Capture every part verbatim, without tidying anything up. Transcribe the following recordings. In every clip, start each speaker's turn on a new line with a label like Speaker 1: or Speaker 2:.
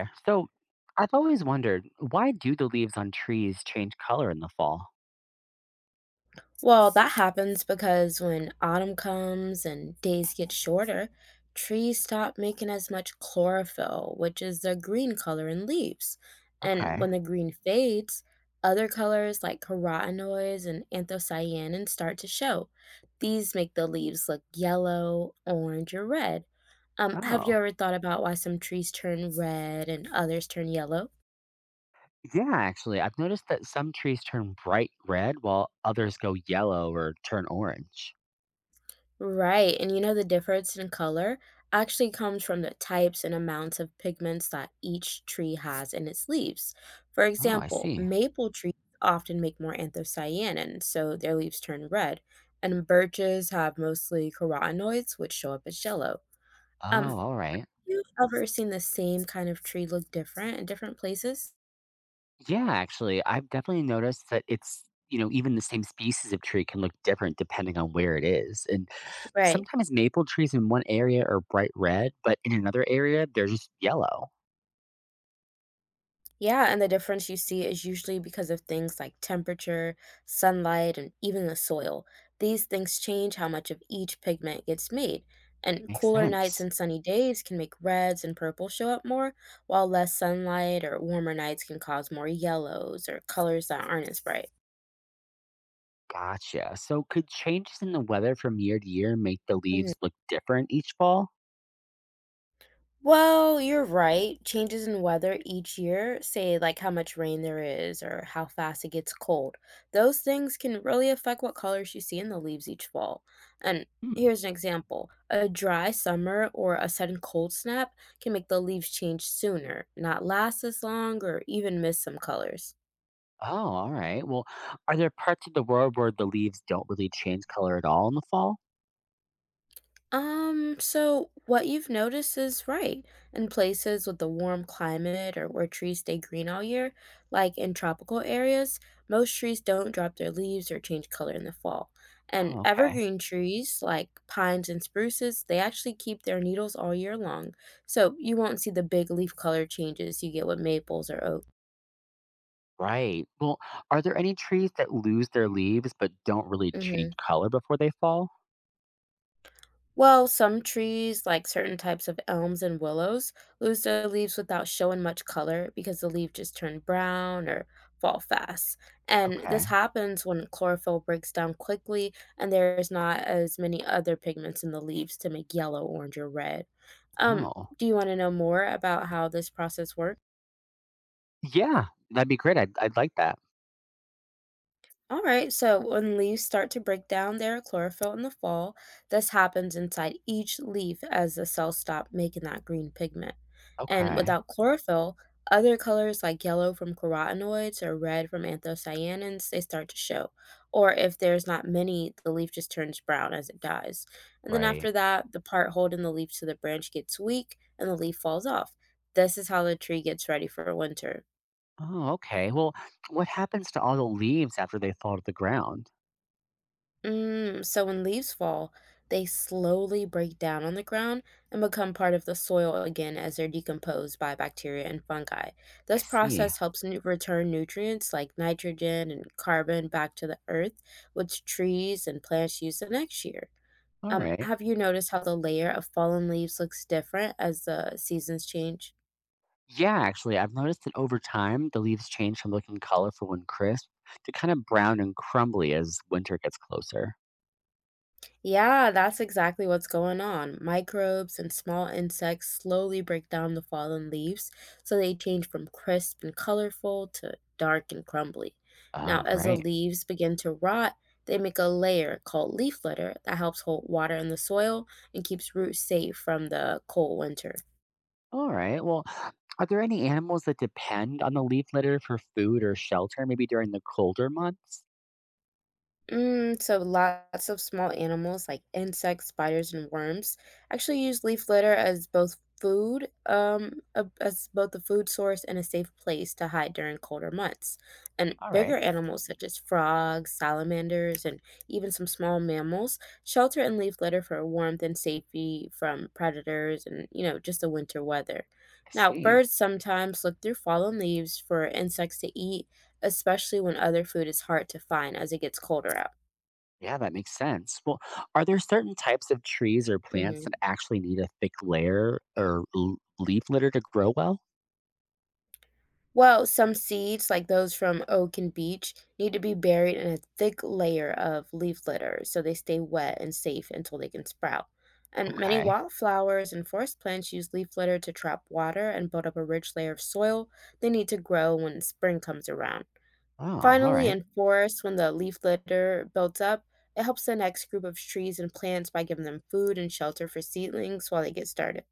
Speaker 1: There. So I've always wondered, why do the leaves on trees change color in the fall?
Speaker 2: Well, that happens because when autumn comes and days get shorter, trees stop making as much chlorophyll, which is the green color in leaves.
Speaker 1: Okay.
Speaker 2: And when the green fades, other colors like carotenoids and anthocyanins start to show. These make the leaves look yellow, orange, or red. Um, have you
Speaker 1: Oh,
Speaker 2: ever thought about why some trees turn red and others turn yellow?
Speaker 1: yeah, actually, I've noticed that some trees turn bright red while others go yellow or turn orange.
Speaker 2: Right, and you know the difference in color actually comes from the types and amounts of pigments that each tree has in its leaves. For
Speaker 1: Oh, I
Speaker 2: example,
Speaker 1: see.
Speaker 2: maple trees often make more anthocyanin, so their leaves turn red, and birches have mostly carotenoids, which show up as yellow. Um, have
Speaker 1: Oh, all right.
Speaker 2: you ever seen the same kind of tree look different in different places?
Speaker 1: Yeah, actually, I've definitely noticed that it's, you know, even the same species of tree can look different depending on where it is. And
Speaker 2: Right.
Speaker 1: sometimes maple trees in one area are bright red, but in another area, they're just yellow.
Speaker 2: Yeah, and the difference you see is usually because of things like temperature, sunlight, and even the soil. These things change how much of each pigment gets made. And
Speaker 1: Makes
Speaker 2: cooler nights
Speaker 1: sense.
Speaker 2: and sunny days can make reds and purples show up more, while less sunlight or warmer nights can cause more yellows or colors that aren't as bright.
Speaker 1: Gotcha. So, could changes in the weather from year to year make the leaves look different each fall?
Speaker 2: Well, you're right. Changes in weather each year, say like how much rain there is or how fast it gets cold, those things can really affect what colors you see in the leaves each fall. And
Speaker 1: Hmm.
Speaker 2: here's an example: a dry summer or a sudden cold snap can make the leaves change sooner, not last as long, or even miss some colors.
Speaker 1: Oh, all right. Well, are there parts of the world where the leaves don't really change color at all in the fall?
Speaker 2: Um, so what you've noticed is right. In places with a warm climate or where trees stay green all year, like in tropical areas, most trees don't drop their leaves or change color in the fall. And
Speaker 1: Oh, okay.
Speaker 2: evergreen trees like pines and spruces, they actually keep their needles all year long. So you won't see the big leaf color changes you get with maples or oak.
Speaker 1: Right. Well, are there any trees that lose their leaves but don't really change
Speaker 2: Mhm.
Speaker 1: color before they fall?
Speaker 2: Well, some trees, like certain types of elms and willows, lose their leaves without showing much color because the leaf just turn brown or fall fast. And this
Speaker 1: Okay.
Speaker 2: happens when chlorophyll breaks down quickly and there is not as many other pigments in the leaves to make yellow, orange, or red. Um,
Speaker 1: Oh,
Speaker 2: do you want to know more about how this process works?
Speaker 1: yeah. That'd be great. I'd, I'd like that.
Speaker 2: All right, so when leaves start to break down their chlorophyll in the fall, this happens inside each leaf as the cells stop making that green pigment. And
Speaker 1: Okay.
Speaker 2: without chlorophyll, other colors like yellow from carotenoids or red from anthocyanins, they start to show. Or if there's not many, the leaf just turns brown as it dies. And then
Speaker 1: Right.
Speaker 2: after that, the part holding the leaf to the branch gets weak and the leaf falls off. This is how the tree gets ready for winter.
Speaker 1: Oh, okay. Well, what happens to all the leaves after they fall to the ground?
Speaker 2: Mm, so when leaves fall, they slowly break down on the ground and become part of the soil again as they're decomposed by bacteria and fungi.
Speaker 1: I
Speaker 2: This
Speaker 1: see.
Speaker 2: process helps nu- return nutrients like nitrogen and carbon back to the earth, which trees and plants use the next year.
Speaker 1: All
Speaker 2: Um,
Speaker 1: right.
Speaker 2: have you noticed how the layer of fallen leaves looks different as the seasons change?
Speaker 1: Yeah, actually, I've noticed that over time, the leaves change from looking colorful and crisp to kind of brown and crumbly as winter gets closer.
Speaker 2: Yeah, that's exactly what's going on. Microbes and small insects slowly break down the fallen leaves, so they change from crisp and colorful to dark and crumbly. Now,
Speaker 1: Oh,
Speaker 2: as the
Speaker 1: right.
Speaker 2: leaves begin to rot, they make a layer called leaf litter that helps hold water in the soil and keeps roots safe from the cold winter.
Speaker 1: All right. Well, are there any animals that depend on the leaf litter for food or shelter, maybe during the colder months?
Speaker 2: Mm, so lots of small animals like insects, spiders, and worms actually use leaf litter as both food, um, a- as both a food source and a safe place to hide during colder months. And
Speaker 1: All
Speaker 2: bigger
Speaker 1: right.
Speaker 2: animals such as frogs, salamanders, and even some small mammals shelter in leaf litter for warmth and safety from predators and, you know, just the winter weather.
Speaker 1: I
Speaker 2: Now,
Speaker 1: see.
Speaker 2: birds sometimes look through fallen leaves for insects to eat, especially when other food is hard to find as it gets colder out.
Speaker 1: Yeah, that makes sense. Well, are there certain types of trees or plants that
Speaker 2: Mhm.
Speaker 1: actually need a thick layer or l- leaf litter to grow well?
Speaker 2: Well, some seeds, like those from oak and beech, need to be buried in a thick layer of leaf litter so they stay wet and safe until they can sprout. And many
Speaker 1: Okay.
Speaker 2: wildflowers and forest plants use leaf litter to trap water and build up a rich layer of soil they need to grow when spring comes around.
Speaker 1: Oh, all
Speaker 2: Finally,
Speaker 1: right.
Speaker 2: in forests, when the leaf litter builds up, it helps the next group of trees and plants by giving them food and shelter for seedlings while they get started.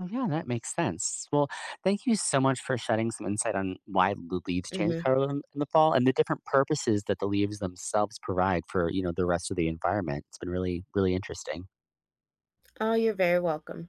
Speaker 1: Oh, yeah, that makes sense. Well, thank you so much for shedding some insight on why the leaves change
Speaker 2: Hmm.
Speaker 1: color in, in the fall and the different purposes that the leaves themselves provide for, you know, the rest of the environment. It's been really, really interesting.
Speaker 2: Oh, you're very welcome.